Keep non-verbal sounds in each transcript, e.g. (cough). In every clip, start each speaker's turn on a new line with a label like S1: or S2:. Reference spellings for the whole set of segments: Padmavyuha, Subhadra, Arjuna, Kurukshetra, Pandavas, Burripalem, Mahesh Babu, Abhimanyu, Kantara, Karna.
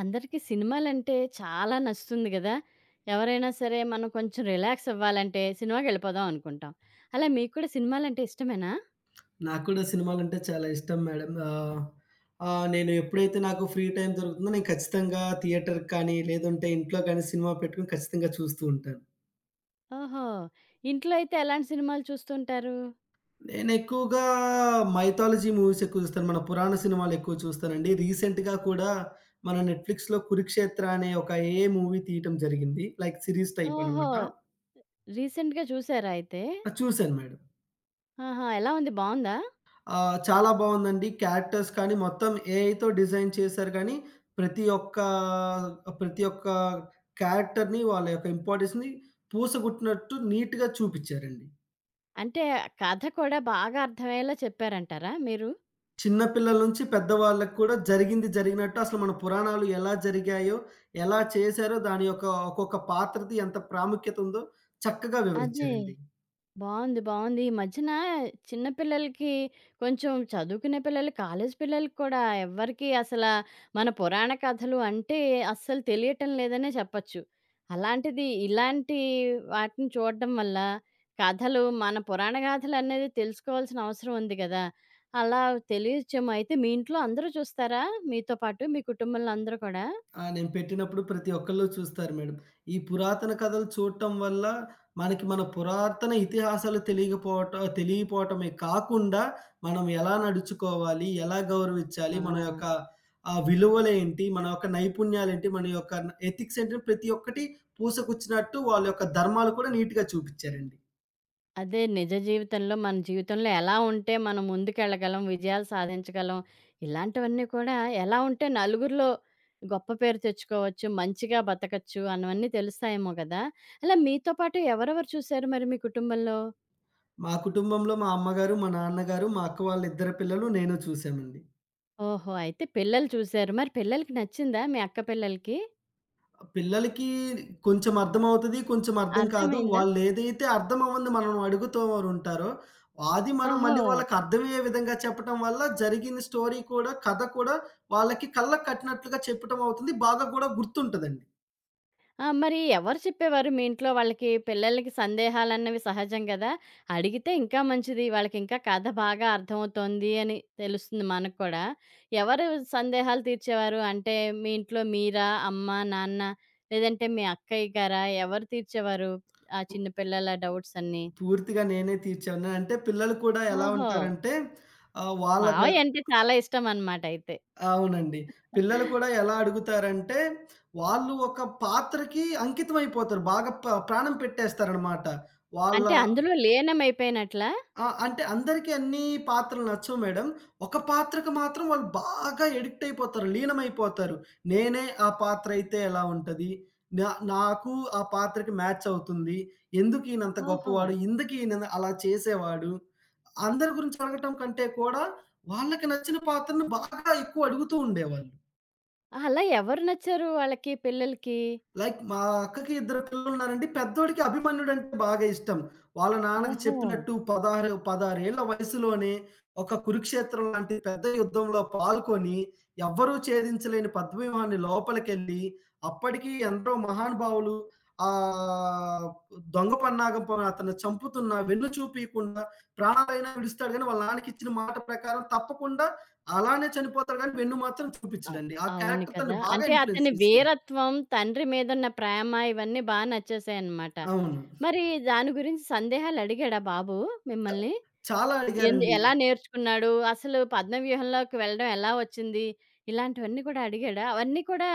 S1: అందరికీ సినిమాలంటే చాలా నచ్చుతుంది గదా! ఎవరైనా సరే మనం కొంచెం రిలాక్స్ అవ్వాలంటే సినిమాకెళ్ళిపోదాం అనుకుంటాం. అలా మీకు కూడా సినిమాలంటే ఇష్టమేనా?
S2: నాకు కూడా సినిమాలంటే చాలా ఇష్టం మేడం. ఆహ్, ఆహ్, నేను ఎప్పుడైతే నాకు ఫ్రీ టైమ్ దొరుకుతుందో నేను ఖచ్చితంగా థియేటర్‌కి కానీ, లేదంటే ఇంట్లో కానీ సినిమా పెట్టుకొని ఖచ్చితంగా చూస్తూ ఉంటాను.
S1: ఓహో! ఇంట్లో అయితే ఎలాంటి సినిమాలు చూస్తుంటారు?
S2: నేనెక్కువగా మైథాలజీ మూవీస్ ఎక్కువ చూస్తాను. మన పురాణ సినిమాలు ఎక్కువ చూస్తానండి. రీసెంట్‌గా కూడా మన నెట్‌ఫ్లిక్స్‌లో 'కురుక్షేత్ర' అనే ఒక ఏఐ మూవీ తీయటం జరిగింది. లైక్ సీరీస్ టైప్
S1: ఓహో!
S2: అనమాట.
S1: రీసెంట్‌గా చూసారా అయితే?
S2: అది చూసాను మేడం.
S1: ఆహా! ఎలా ఉంది? బావుందా?
S2: ఆ! చాలా బావుందండి. క్యారెక్టర్స్ కానీ మొత్తం ఏఐతో డిజైన్ చేశారు గానీ, ప్రతి ఒక్క ప్రతి ఒక్క క్యారెక్టర్‌ని వాళ్ళ యొక్క ఇంపార్టెన్స్‌ని పూసగుట్టినట్టు నీట్‌గా చూపిచ్చారండి.
S1: అంటే కథ కూడా బాగా అర్థమయ్యేలా చెప్పారంటారా మీరు?
S2: చిన్న పిల్లల నుంచి పెద్దవాళ్ళకి కూడా జరిగింది జరిగినట్టు అసలు మన పురాణాలు ఎలా జరిగాయో, ఎలా చేశారో దాని యొక్క ఒక్కొక్క పాత్రది ఎంత ప్రాముఖ్యత ఉందో చక్కగా
S1: అదే.
S2: వివరిచ్చారండి.
S1: బావుంది. ఈ మధ్యన చిన్న పిల్లలకి కొంచెం చదువుకునే పిల్లలు, కాలేజీ పిల్లలకి కూడా ఎవ్వరికీ మన పురాణ కథలు అంటే అస్సలు తెలియటం లేదనే చెప్పొచ్చు. అలాంటిది ఇలాంటి వాటిని చూడడం వల్ల కథలు మన పురాణ గాథలనేది తెలుసుకోవాల్సిన అవసరం ఉంది గదా! అలా తెలియచ్చేమో. అయితే మీ ఇంట్లో అందరూ చూస్తారా మీతో పాటు? మీ కుటుంబంలో అందరూ కూడా?
S2: ఆ! నేను పెట్టినప్పుడు ప్రతి ఒక్కళ్ళు చూస్తారు మేడం. ఈ పురాతన కథలు చూడటం వల్ల మనకి మన పురాతన ఇతిహాసాలు తెలియకపోవటం తెలియపోవటమే కాకుండా, మనం ఎలా నడుచుకోవాలి, ఎలా
S1: ఆ!
S2: గౌరవించాలి, మన యొక్క విలువలేంటి, మన యొక్క నైపుణ్యాలేంటి, మన యొక్క ఎథిక్స్ ఏంటి ప్రతి ఒక్కటి పూసగుచ్చినట్టు వాళ్ళ యొక్క ధర్మాలు కూడా నీట్‌గా చూపిచ్చారండి.
S1: అదే నిజ జీవితంలో, మన జీవితంలో ఎలా ఉంటే మనం ముందుకెళ్ళగలం, విజయాలు సాధించగలం, ఇలాంటివన్నీ కూడా ఎలా ఉంటే నలుగురిలో గొప్ప పేరు తెచ్చుకోవచ్చు, మంచిగా బతకచ్చు అన్నవన్నీ తెలుస్తాయేమో గదా! అలా మీతో పాటు ఎవరెవరు చూసారు మరి మీ కుటుంబంలో?
S2: మా కుటుంబంలో మా అమ్మగారు, మా నాన్నగారు, మా అక్క వాళ్ళ ఇద్దరు పిల్లలు, నేను చూసామండి.
S1: ఓహో! అయితే పిల్లలు చూసారు. మరి పిల్లలకి నచ్చిందా? మీ అక్క పిల్లలకి?
S2: పిల్లలకి కొంచెం అర్థమవుతది. కొంచెం అర్థం కాదు.
S1: అర్థమైందా?
S2: వాళ్ళేదైతే అర్థమవ్వంది మనం అడుగుతూ ఉంటారో, అది మనం
S1: ఓహో!
S2: మళ్ళీ వాళ్ళకి అర్థమయ్యే విధంగా చెప్పటం వల్ల జరిగిన స్టోరీ కూడా, కథ కూడా వాళ్ళకి కళ్ళకి కట్టినట్లుగా చెప్పటం అవుతుంది. బాగా గూడా గుర్తుంటదండి.
S1: ఆ! మరి ఎవరు చెప్పేవారు మీ ఇంట్లో వాళ్ళకి? పిల్లలకి సందేహాలన్నవి సహజం గదా! అడిగితే ఇంకా మంచిది. వాళ్ళకింకా కథ బాగా అర్థమవుతోంది అని తెలుస్తుంది మనకు కూడా. ఎవరు సందేహాలు తీర్చేవారు? అంటే మీ ఇంట్లో మీరా? అమ్మ, నాన్న లేదంటే మీ అక్కయ్య గారా? ఎవరు తీర్చేవారు ఆ
S2: పు
S1: చిన్న పిల్లల డౌట్స్ అన్నీ?
S2: పూర్తిగా నేనే తీర్చాను. అంటే పిల్లలు కూడా ఎలా
S1: ఓహో!
S2: ఉంటారంటే వాళ్ళకి
S1: మావయ్య అంటే చాలా ఇష్టమనమాట అయితే.
S2: అవునండి. పిల్లలు కూడా ఎలా అడుగుతారంటే, వాళ్ళు ఒక పాత్రకి అంకితమైపోతారు. బాగా ప్రాణం పెట్టేస్తారనమాట. వాళ్ళ
S1: అంటే అందులో లీనమైపోయినట్లా?
S2: ఆ! అంటే అందరికీ అన్నీ పాత్రలు నచ్చవు మేడం. ఒక పాత్రకు మాత్రం వాళ్ళు బాగా ఎడిక్ట్ అయిపోతారు. లీనమైపోతారు. నేనే ఆ పాత్ర అయితే ఎలా ఉంటది? నా నాకు ఆ పాత్రకి మ్యాచ్ అవుతుంది. ఎందుకు ఈయనంత
S1: ఓహో!
S2: గొప్పవాడు? ఎందుకు ఈయన అలా చేసేవాడు? అందరి గురించి అడగటం కంటే కూడా వాళ్ళకి నచ్చిన పాత్రను బాగా ఎక్కువ అడుగుతూ ఉండేవాళ్ళు.
S1: అలా ఎవరు నచ్చారు వాళ్ళకి పిల్లలకి?
S2: లైక్ మా అక్కకి ఇద్దరు పిల్లలున్నారండి. పెద్దోడికి 'అభిమన్యుడంటే' బాగా ఇష్టం. వాళ్ళ నాన్నకి
S1: ఓహో!
S2: చెప్పినట్టు 16 ఏళ్ల వయసులోనే ఒక కురుక్షేత్రం లాంటి పెద్ద యుద్ధంలో పాల్గొని, ఎవ్వరూ ఛేదించలేని పద్మవ్యూహాన్ని లోపలికెళ్ళి, అప్పటికి ఎందరో మహానుభావులు ఆహ్, దొంగ పన్నాగం అతన్ని చంపుతున్నా వెన్ను చూపియకుండా ప్రాణాలైనా విడుస్తాడు గానీ, వాళ్ళ నాన్నకిచ్చిన మాట ప్రకారం తప్పకుండా అలానే చనిపోతాడు గానీ, వెన్ను మాత్రం
S1: అవ్
S2: చూపిచ్చడండి. ఆ
S1: అవును
S2: క్యారెక్టర్
S1: కదా!
S2: తనని బాగా
S1: అంటే
S2: ఇన్‌ఫ్లూయెన్స్
S1: అతని
S2: చేసింది.
S1: వీరత్వం, తండ్రి మీదున్న ప్రేమ ఇవన్నీ బా నచ్చేసాయన్నమాట.
S2: అవును.
S1: మరి దాని గురించి సందేహాలడిగాడా బాబు మిమ్మల్ని?
S2: చాలా అడిగారండి.
S1: ఎలా నేర్చుకున్నాడు? అసలు పద్మవ్యూహంలోకి వెళ్ళడం ఎలా వచ్చింది? ఇలాంటివన్నీ కూడా అడిగాడా? అవన్నీ కూడా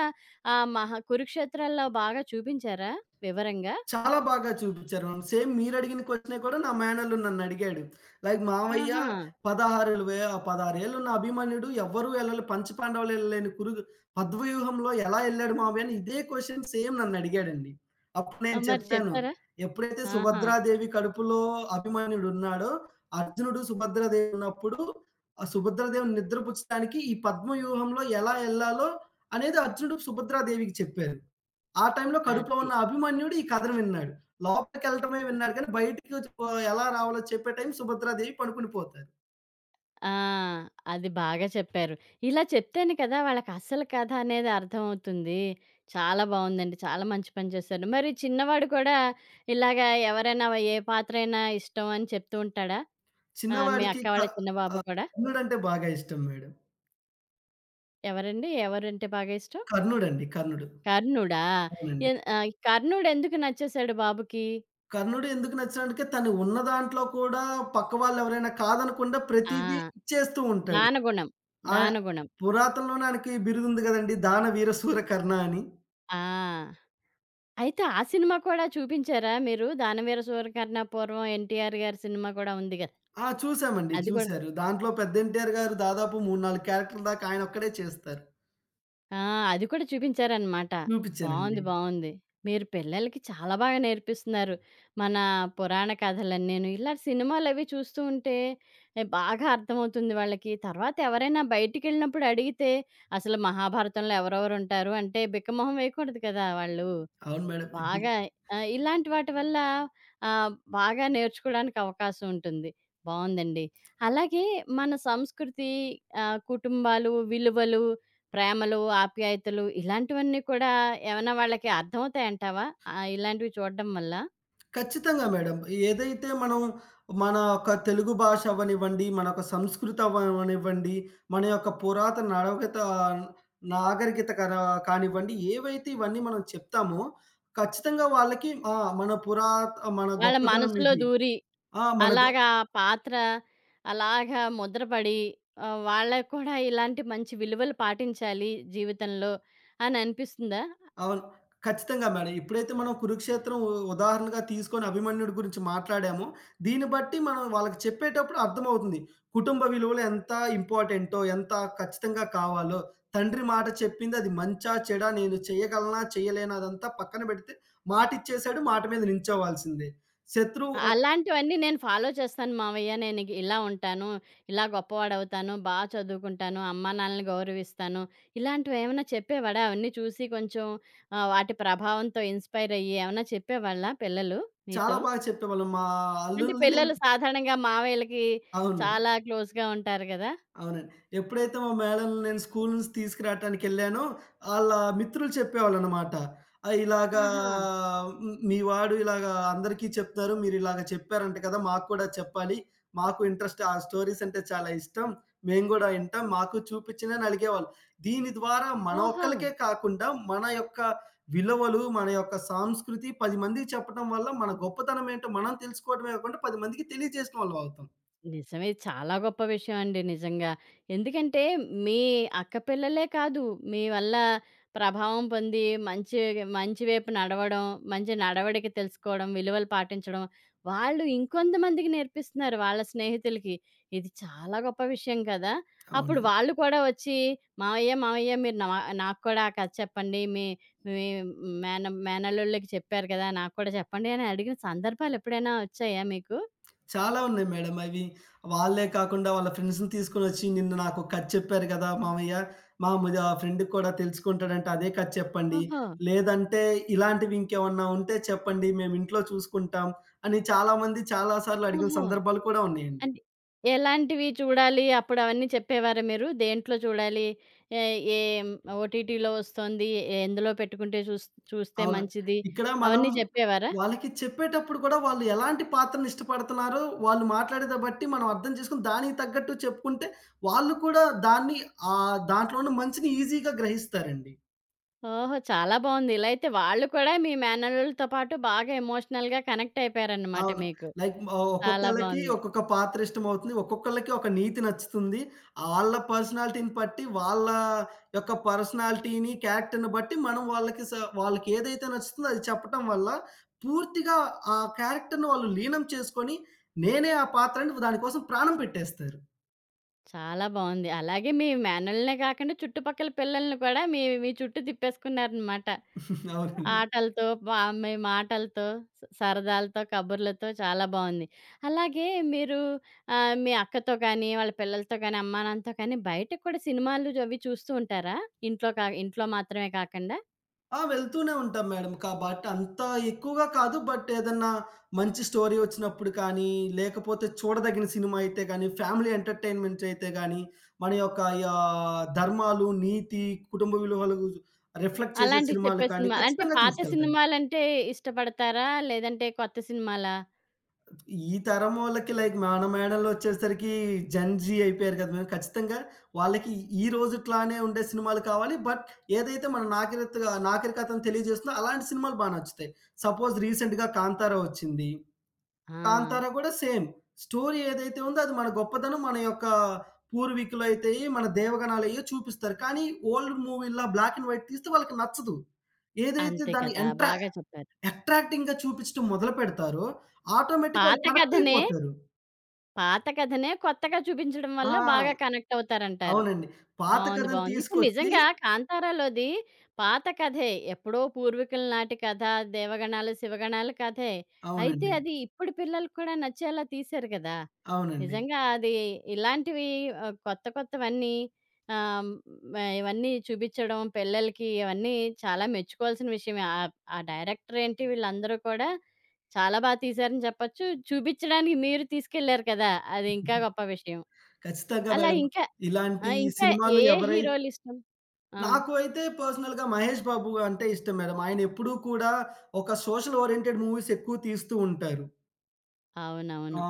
S1: మహా కురుక్షేత్రాల్లో బాగా చూపించారా వివరంగా?
S2: చాలా బాగా చూపిచ్చారు. సేమ్ మీరడిగిన క్వెషనే కూడా నా మేనల్లుడు నన్నడిగాడు. లైక్ మావయ్య,
S1: ఆహా!
S2: 16 ఏళ్ళున్న అభిమన్యుడు ఎవ్వరు ఎళ్ళలే పంచపాండవులు ఎళ్ళలేని పద్మవ్యూహంలో ఎలా ఎళ్ళాడు మావయ్య అని ఇదే క్వెషన్ సేమ్ నన్నడిగాడండి. అప్పుడు
S1: ఆ,
S2: నేను
S1: మరి
S2: చెప్పాను.
S1: చెప్పారా?
S2: ఎప్పుడైతే
S1: ఆహా!
S2: సుభద్రాదేవి కడుపులో అభిమన్యుడున్నాడో, అర్జునుడు సుభద్రాదేవి ఉన్నప్పుడు ఆ సుభద్రాదేవిని నిద్రపుచ్చడానికి ఈ పద్మవ్యూహంలో ఎలా ఎళ్ళాలో అనేది అర్జునుడు సుభద్రాదేవికి చెప్పారు. ఆ టైంలో కడుపులో
S1: అది.
S2: ఉన్న అభిమన్యుడు ఈ కథను విన్నాడు. లోపలికెళ్ళటమే విన్నాడు కానీ, బయటికి ఎలా రావాలో చెప్పే టైం సుభద్రాదేవి పనుకుని పోతారు.
S1: ఆ! అది బాగా చెప్పారు. ఇలా చెప్తేనే కదా వాళ్ళకి అసలు కథ అనేది అర్థమవుతుంది. చాలా బావుందండి. చాలా మంచి పని చేశారు. మరి చిన్నవాడు కూడా ఇలాగా ఎవరైనా ఏ పాత్రైనా ఇష్టం అని చెప్తూ ఉంటాడా? మీ
S2: చిన్నవాడికి
S1: అక్క
S2: క
S1: వాళ్ళ చిన్న బాబు కూడా?
S2: కర్ణుడంటే బాగా ఇష్టం మేడం.
S1: ఎవరండి? ఎవరంటే బాగా ఇష్టం?
S2: కర్ణుడండి. కర్ణుడు.
S1: 'కర్ణుడా'?
S2: అవునండి.
S1: 'కర్ణుడు' ఎందుకు నచ్చేసాడు బాబుకి?
S2: కర్ణుడు ఎందుకు నచ్చాడంటే తను ఉన్న దాంట్లో కూడా పక్క వాళ్ళెవరైనా కాదనకుండా
S1: ఆ!
S2: ప్రతీదీ ఇచ్చేస్తూ ఉంటాడు.
S1: దానగుణం.
S2: ఆయ
S1: దానగుణం.
S2: పురాతనలోనే ఆయనకి బిరుదుంది గదండీ! దాన వీర శూర కర్ణ అని.
S1: ఆ! అయితే ఆ సినిమా కూడా చూపించారా మీరు? 'దానవీర సూరకర్ణ' పూర్వం 'ఎన్టీఆర్' గారి సినిమా కూడా ఉంది గదా!
S2: ఆ! చూసామండి.
S1: అది కూడా
S2: చూసారు. దాంట్లో పెద్ద ఎన్టీఆర్ గారు దాదాపు 3, 4 క్యారెక్టర్‌ల దాకా ఆయనొక్కడే చేస్తారు.
S1: ఆ! అది కూడా చూపించారనమాట.
S2: చూపిచ్చానండి.
S1: బావుంది. బావుంది. మీరు పిల్లలకి చాలా బాగా నేర్పిస్తున్నారు. మన పురాణ కథలన్నీను. ఇలా సినిమాలవి చూస్తూ ఉంటే బాగా అర్థమవుతుంది వాళ్ళకి. తర్వాత ఎవరైనా బయటికెళ్ళినప్పుడు అడిగితే, అసలు మహాభారతంలో ఎవరెవరుంటారు అంటే బిక్కమొహం వేయకూడదు కదా! వాళ్ళు.
S2: అవును మేడం. ఇది
S1: బాగా ఇలాంటి వాటి వల్ల ఆహ్, బాగా నేర్చుకోవడానికి అవకాశం ఉంటుంది. బావుందండి. అలాగే మన సంస్కృతి, కుటుంబాలు, విలువలు, ప్రేమలు, ఆప్యాయతలు ఇలాంటివన్నీ కూడా ఏమైనా వాళ్ళకి అర్థమవుతాయంటావా? ఇలాంటివి చూడడం వల్ల?
S2: ఖచ్చితంగా మేడం. ఏదైతే మనం మన యొక్క తెలుగు భాష అవ్వనివ్వండి, మన యొక్క సంస్కృతి అవ్వనివ్వండి, మన యొక్క పురాతన నాగరికత కానివ్వండి, ఏవైతే ఇవన్నీ మనం చెప్తామో ఖచ్చితంగా వాళ్ళకి ఆ! మన
S1: వాళ్ళ
S2: గొప్పతనం
S1: మనసులో
S2: ఇది.
S1: దూరి
S2: ఆ! మన గొ
S1: అలాగా ఆ పాత్ర అలాగా ముద్రపడి, వాళ్ళకి కూడా ఇలాంటి మంచి విలువలు పాటించాలి జీవితంలో అని అనిపిస్తుందా?
S2: అవును. ఖచ్చితంగా మేడం. ఇప్పుడైతే మనం 'కురుక్షేత్రం' ఉదాహరణగా తీసుకొని అభిమన్యుడి గురించి మాట్లాడామో, దీన్ని బట్టి మనం వాళ్ళకి చెప్పేటప్పుడు అర్థమవుతుంది. కుటుంబ విలువలు ఎంత ఇంపార్టెంటో, ఎంత ఖచ్చితంగా కావాలో, తండ్రి మాట చెప్పింది అది మంచా, చెడా, నేను చేయగలనా, చేయలేనా అదంతా పక్కన పెడితే మాటిచ్చేసాడు. మాట మీద నించోవాల్సిందే. శత్రువు ఒ
S1: అలాంటివన్నీ నేను ఫాలో చేస్తాను మావయ్య. నేనిగ్ ఇలా ఉంటాను, ఇలా గొప్పవాడవుతాను, బా చదువుకుంటాను, అమ్మానాన్నలని గౌరవిస్తాను. ఇలాంటివేమన్నా చెప్పేవాడా? అవన్నీ చూసి కొంచెం వాటి ప్రభావంతో ఇన్‌స్పైర్ అయ్యి ఏమన్నా చెప్పేవాళ్ళా పిల్లలు
S2: చాలా
S1: నీతో?
S2: బాగా చెప్పేవాళ్ళం. మా
S1: అంటే
S2: అల్లుల్ని నేను
S1: పిల్లలు సాధారణంగా మావయ్యలకి
S2: అవును.
S1: చాలా క్లోజ్‌గా ఉంటారు గదా!
S2: అవునండి. ఎప్పుడైతే మా మేడంని నేను స్కూలు నుంచి తీసుకురాటానికెళ్ళానో, ఆళ్ళ మిత్రులు చెప్పేవాళ్ళనమాట. ఇలాగా
S1: ఆహా!
S2: మీ వాడు ఇలాగా అందరికీ చెప్తారు. మీరిలాగ చెప్పారంట కదా! మాకు కూడా చెప్పాలి. మాకు ఇంట్రెస్ట్ ఆ స్టోరీస్ అంటే చాలా ఇష్టం. మేము గూడా ఇంటాం. మాకు చూపించండి అని అలిగేవాళ్ళు. దీని ద్వారా మన
S1: ఓహో!
S2: ఒక్కళ్ళకే కాకుండా, మన యొక్క విలువలు, మన యొక్క సంస్కృతి 10 మందికి చెప్పటం వల్ల, మన గొప్పతనం ఏంటో మనం తెలుసుకోవడమే కాకుండా 10 మందికి తెలియజేసిన వాళ్ళమవుతాం.
S1: నిజమే. ఇది చాలా గొప్ప విషయం అండి నిజంగా. ఎందుకంటే, మీ అక్కపిల్లలే కాదు, మీ వల్ల ప్రభావం పొంది మంచి మంచి వైపు నడవడం, మంచి నడవడిక తెలుసుకోవడం, విలువలు పాటించడం, వాళ్ళు ఇంకొంతమందికి నేర్పిస్తున్నారు వాళ్ళ స్నేహితులకి. ఇది చాలా గొప్ప విషయం కదా! అప్పుడు
S2: అవునండి.
S1: వాళ్ళు కూడా వచ్చి, "మావయ్య, మావయ్య మీరు నాకు కూడా ఆ కథ చెప్పండి. మీ మీ మేనల్లుళ్ళకి చెప్పారు కదా! నాకు కూడా చెప్పండి" అని అడిగిన సందర్భాలెప్పుడైనా వచ్చాయా మీకు?
S2: చాలా ఉన్నాయి మేడం అవి. వాళ్ళే కాకుండా వాళ్ళ ఫ్రెండ్స్‌ని తీసుకొనొచ్చి నిన్న నాకో కథ చెప్పారు గదా! మామయ్య. మా మ ఆ ఫ్రెండ్‌కి కూడా తెలుసుకుంటాడంట అదే కథ చెప్పండి.
S1: ఓహో!
S2: లేదంటే ఇలాంటివి ఇంకేమన్నా ఉంటే చెప్పండి మేమింట్లో చూసుకుంటాం అని చాలామంది చాలా సార్లు అడిగిన
S1: ఓహో!
S2: సందర్భాలు కూడా ఉన్నాయండి.
S1: అంటే ఎలాంటివి చూడాలి? అప్పుడవన్నీ చెప్పేవారా మీరు? దేంట్లో చూడాలి? ఏ ఏం ఓటీటీలో వస్తోంది? ఏ- ఎందులో పెట్టుకుంటే చూస్తే
S2: అవును.
S1: మంచిది?
S2: ఇక్కడ మనం
S1: అవన్నీ చెప్పేవారా?
S2: వాళ్ళకి చెప్పేటప్పుడు కూడా వాళ్ళు ఎలాంటి పాత్రను ఇష్టపడుతున్నారో వాళ్ళు మాట్లాడేది బట్టి మనం అర్థం చేసుకొని దానికి తగ్గట్టు చెప్పుకుంటే వాళ్ళు కూడా దాన్ని దాంట్లో ఉన్న మంచిని ఈజీగా గ్రహిస్తారండి.
S1: ఓహో! చాలా బావుంది. ఇలా అయితే వాళ్ళు కూడా మీ మేనల్లులతో పాటు బాగా ఎమోషనల్‌గా కనెక్ట్ అయిపోయారనమాట
S2: అవును.
S1: మీకు.
S2: లైక్
S1: చాలా
S2: ఒక్కొక్కళ్ళకి
S1: బావుంది.
S2: ఒక్కొక్క పాత్ర ఇష్టమవుతుంది. ఒక్కొక్కళ్ళకి ఒక నీతి నచ్చుతుంది. ఆళ్ళ పర్సనాలిటీని బట్టి వాళ్ళ యొక్క పర్సనాలిటీని, క్యారెక్టర్‌ని బట్టి మనం వాళ్ళకి ఏదైతే నచ్చుతుందో అది చెప్పటం వల్ల పూర్తిగా ఆ క్యారెక్టర్‌ని వాళ్ళు లీనం చేసుకొని నేనే ఆ పాత్ర అని దానికోసం ప్రాణం పెట్టేస్తారు.
S1: చాలా బావుంది. అలాగే మీ మేనల్లులనే కాకుండా చుట్టుపక్కల పిల్లల్ని కూడా మీ మీ చుట్టూ తిప్పేసుకున్నారనమాట.
S2: (laughs) అవునండి.
S1: ఆటలతో బా మేము ఆటలతో, స సరదాలతో, కబుర్లతో చాలా బావుంది. అలాగే మీరు మీ అక్కతో కానీ, వాళ్ళ పిల్లలతో కానీ, అమ్మానాన్నతో కానీ బయటకి కూడా సినిమాలు అవి చూస్తూ ఉంటారా? ఇంట్లో మాత్రమే కాకుండా?
S2: ఆ! వెళ్తూనే ఉంటాం మేడం. కాబట్టి అంత ఎక్కువగా కాదు. బట్ ఏదన్నా మంచి స్టోరీ వచ్చినప్పుడు కానీ, లేకపోతే చూడదగిన సినిమా అయితే గానీ, ఫ్యామిలీ ఎంటర్‌టైన్‌మెంట్స్ అయితే గానీ, మన యొక్క ధర్మాలు, నీతి, కుటుంబ విలువలు రిఫ్లెక్ట్ చేసే
S1: అలాంటివి
S2: సినిమాలు
S1: చెప్పే
S2: కానీ
S1: సినిమా అంటే
S2: ఖచ్చితంగా
S1: పాత
S2: తీసుకెళ్తాను.
S1: సినిమాలంటే ఇష్టపడతారా? లేదంటే కొత్త సినిమాలా?
S2: ఈ తరం వాళ్ళకి లైక్ మన మేడలొచ్చేసరికి జెన్ జీ అయిపోయారు కదా! మేము ఖచ్చితంగా వాళ్ళకి ఈ రోజుట్లానే ఉండే సినిమాలు కావాలి. బట్ ఏదైతే మన నాగరికతను తెలియజేస్తుందో అలాంటి సినిమాలు బా నచ్చుతాయి. సపోజ్ రీసెంట్‌గా 'కాంతారా' వచ్చింది.
S1: ఆ!
S2: 'కాంతారా' కూడా సేమ్. స్టోరీ ఏదైతే ఉందో అది మన గొప్పతనం, మన యొక్క పూర్వీకులైతేయి, మన దేవగణాలయ్యో చూపిస్తారు. కానీ ఓల్డ్ మూవీ‌ల్లా బ్లాక్ అండ్ వైట్ తీస్తే వాళ్ళకి నచ్చదు. ఏదైతే
S1: అంతే
S2: దాన్ని
S1: కదా! బాగా చెప్పారు.
S2: అట్రాక్టింగ్‌గా చూపించటం మొదలు పెడతారో, ఆటోమేటిక్‌గా వాళ్ళు
S1: పాత
S2: కనెక్ట్
S1: కథనే,
S2: అయిపోతారు.
S1: పాత కథనే కొత్తగా చూపించడం వల్ల
S2: ఆ!
S1: బాగా కనెక్ట్ అవుతారంటారు.
S2: అవునండి. పాత
S1: బావుంది.
S2: కథను
S1: బావుంది. ఇప్పుడు
S2: తీసుకొచ్చి
S1: నిజంగా 'కాంతారాలోది' పాత కథే. ఎప్పుడో పూర్వీకుల నాటి కథ, దేవగణాలు, శివగణాలు కథే. అయితే
S2: అవునండి.
S1: అది ఇప్పుడు పిల్లలకి కూడా నచ్చేలా తీశారు కదా!
S2: అవునండి.
S1: నిజంగా అది ఇలాంటివి కొత్త కొత్తవన్నీ ఆహ్, హ్మ్. ఇవన్నీ చూపిచ్చడం పిల్లలకి ఇవన్నీ చాలా మెచ్చుకోవాల్సిన విషయమే. ఆ డైరెక్టర్ ఏంటి వీళ్ళందరూ కూడా చాలా బా తీశారని చెప్పొచ్చు. చూపిచ్చడానికి మీరు తీసుకెళ్లారు కదా! అది ఇంకా గొప్ప విషయం.
S2: ఖచ్చితంగా
S1: అలా
S2: మేడం.
S1: ఇంకా ఆ!
S2: ఇలాంటి
S1: ఇంకా ఏ
S2: సినిమాలు
S1: ఏ
S2: ఎవరై
S1: హీరోలిష్టం? ఆ!
S2: నాకు అయితే పర్సనల్‌గా 'మహేష్ బాబు' అంటే ఇష్టం మేడం. ఆయన ఎప్పుడూ కూడా ఒక సోషల్ ఓరియెంటెడ్ మూవీస్ ఎక్కువ తీస్తూ ఉంటారు. ఆ!
S1: అవునవును.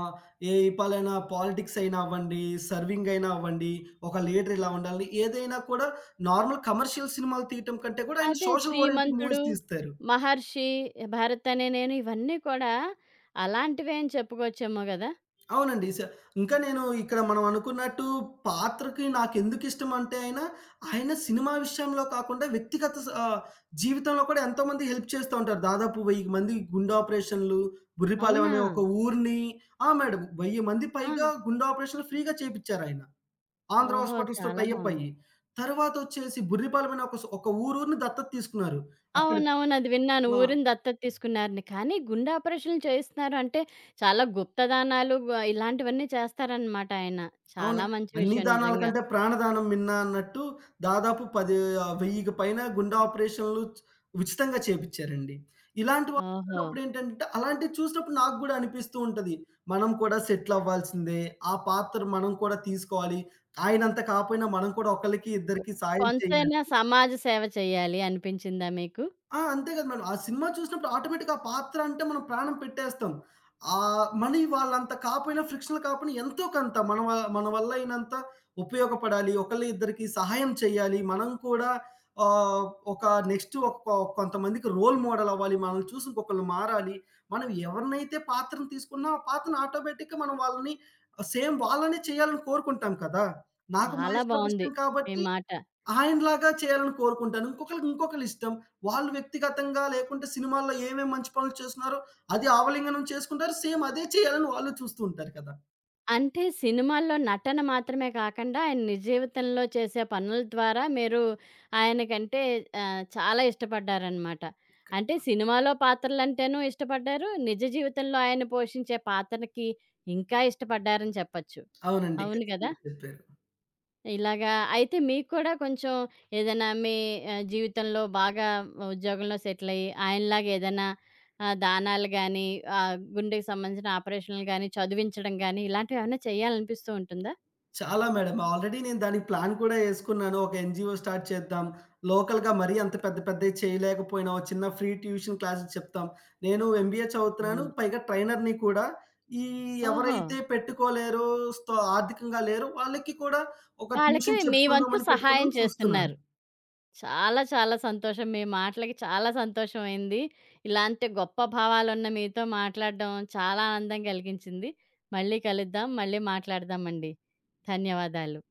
S2: ఏ పాలైనా పాలిటిక్స్ అయినా అవ్వండి, సర్వింగ్ అయినా అవ్వండి, ఒక లీడర్ ఇలా ఉండాలి. ఏదైనా కూడా నార్మల్ కమర్షియల్ సినిమాలు తీయటం కంటే కూడా ఆయన
S1: అదే
S2: సోషల్ ఓరియెంటెడ్
S1: 'శ్రీమంతుడు',
S2: మూవీస్ తీస్తారు.
S1: 'మహర్షి', 'భరత్ అనే నేను' ఇవన్నీ కూడా అలాంటివే అని చెప్పుకోవచ్చేమో గదా!
S2: అవునండి. ఇంకా నేను ఇక్కడ మనం అనుకున్నట్టు పాత్రకి నాకెందుకిష్టం అంటే ఆయన సినిమా విషయంలో కాకుండా వ్యక్తిగత జీవితంలో కూడా ఎంతోమందికి హెల్ప్ చేస్తూ ఉంటారు. దాదాపు 1000 మంది గుండె ఆపరేషన్‌లు, బుర్రిపాలెం
S1: అవునా?
S2: అనే ఒక ఊరిని ఆ! మేడం 1000 మంది
S1: ఆ!
S2: పైగా గుండె ఆపరేషన్‌లు ఫ్రీగా చేపిచ్చారాయన. ఆంధ్ర
S1: ఓహో!
S2: హాస్పిటల్స్‌తో
S1: చాలా
S2: టై అప్
S1: బావుంది.
S2: అయ్యి. తర్వాతొచ్చేసి బుర్రిపాలెం అనే ఒక ఊరుని దత్తత తీసుకున్నారు. అక్కడి
S1: అవునవును. అది విన్నాను.
S2: ఆ!
S1: ఊరిని దత్తత తీసుకున్నారని. కానీ గుండె ఆపరేషన్‌లు చేయిస్తున్నారు అంటే చాలా గుప్తదానాలు గు ఇలాంటివన్నీ చేస్తారనమాట ఆయన.
S2: అవును.
S1: చాలా మంచి
S2: అన్ని
S1: విషయం
S2: దానాల
S1: నిజంగా.
S2: కంటే ప్రాణదానం మిన్న అన్నట్టు దాదాపు 1000కి పైన గుండె ఆపరేషన్‌లు ఉచితంగా చేపిచ్చారండి. ఇలాంటి
S1: ఓహో!
S2: వాళ్ళున్నప్పుడేంటంటే అలాంటివి చూసినప్పుడు నాకు గూడా అనిపిస్తూ ఉంటది. మనం కూడా సెటిల్ అవ్వాల్సిందే. ఆ పాత్ర మనం కూడా తీసుకోవాలి. ఆయనంత కాపోయినా మనం కూడా ఒకళ్ళకి,
S1: కొ
S2: ఇద్దరికి సాయం చేయాలి.
S1: కొంతైనా సమాజ సేవ చేయాలి అనిపించిందా మీకు?
S2: ఆ! అంతే కదా మేడం. ఆ సినిమా చూసినప్పుడు ఆటోమేటిక్‌గా ఆ పాత్ర అంటే మనం ప్రాణం పెట్టేస్తాం. ఆహ్, మనీ వాళ్ళంత కాపోయినా ఫ్రిక్షన్‌లు కాపోయినా ఎంతో కొంత మన వల్ల అయినంత ఉపయోగపడాలి. ఒకళ్ళ ఇద్దరికి సహాయం చేయాలి. మనం కూడా ఆహ్, ఒక నెక్స్ట్ ఒక కొ కొంతమందికి రోల్ మోడల్ అవ్వాలి. మనల్ని చూసి ఇంకొకళ్ళు మారాలి. మనం ఎవరినైతే పాత్రను తీసుకున్నామో ఆ పాత్రను ఆటోమేటిక్‌గా మనం వాళ్ళని సేమ్ వాళ్ళనే చేయాలని కోరుకుంటాం కదా! నాకు
S1: చాలా
S2: మహేష్ బాబు
S1: బావుంది
S2: ఇష్టం
S1: మీ
S2: కాబట్టి
S1: మాట.
S2: ఆయనలాగా చేయాలని కోరుకుంటాను. ఇంకొకళ్ళకి ఇంకొకళ్ళిష్టం. వాళ్ళు వ్యక్తిగతంగా లేకుంటే సినిమాల్లో ఏమేం మంచి పనులు చేస్తున్నారో అది ఆవలింగనం చేసుకుంటారు. సేమ్ అదే చేయాలని వాళ్ళు చూస్తూ ఉంటారు కదా!
S1: అంటే సినిమాల్లో నటన మాత్రమే కాకండా, ఆయన నిజ జీవితంలో చేసే పనుల ద్వారా మీరు ఆయనకంటే చాలా ఇష్టపడ్డారనమాట. అంటే సినిమాలో పాత్రలంటేనూ ఇష్టపడ్డారు. నిజ జీవితంలో ఆయన పోషించే పాత్రకి ఇంకా ఇష్టపడ్డారని చెప్పచ్చు.
S2: అవునండి.
S1: అవును కదా!
S2: ఖచ్చితంగా చెప్పారు.
S1: ఇలాగా అయితే మీకు కూడా కొంచెం ఏదైనా మీ జీవితంలో బాగా ఉద్యోగంలో సెటిల్ అయ్యి, ఆయనలాగా ఏదైనా దానాలు గానీ, గుండెకి సంబంధించిన ఆపరేషన్‌లు గానీ, చదివించడం గానీ, ఇలాంటివేమన్నా చేయాలనిపిస్తూ ఉంటుందా?
S2: చాలా మేడం. ఆల్రెడీ నేను దానికి ప్లాన్ కూడా యేసుకున్నాను. ఒక ఎన్‌జీఓ స్టార్ట్ చేద్దాం. లోకల్‌గా మరీ అంత పెద్ద పెద్దయి చేయలేకపోయినా, ఓ చిన్న ఫ్రీ ట్యూషన్ క్లాసెస్ చెప్తాం. నేను ఎంబీఏ చదువుతున్నాను.
S1: అవును.
S2: పైగా ట్రైనర్‌ని కూడా. ఈ
S1: ఓహో!
S2: ఎవరైతే పెట్టుకోలేరో, ఆర్థికంగా లేరో వాళ్ళకి కూడా ఒక
S1: వాళ్ళకి
S2: ట్యూషన్
S1: మీ వంతు
S2: చెప్పుకుందామని పెట్టుకుని
S1: సహాయం
S2: చూస్తున్నాను.
S1: చేస్తున్నారు. చాలా చాలా సంతోషం. మీ మాటలకి చాలా సంతోషమైంది. ఇలాంటి గొప్ప భావాలున్న మీతో మాట్లాడడం చాలా ఆనందం కలిగించింది. మళ్ళీ కలుద్దాం. మళ్ళీ మాట్లాడదామండి. ధన్యవాదాలు.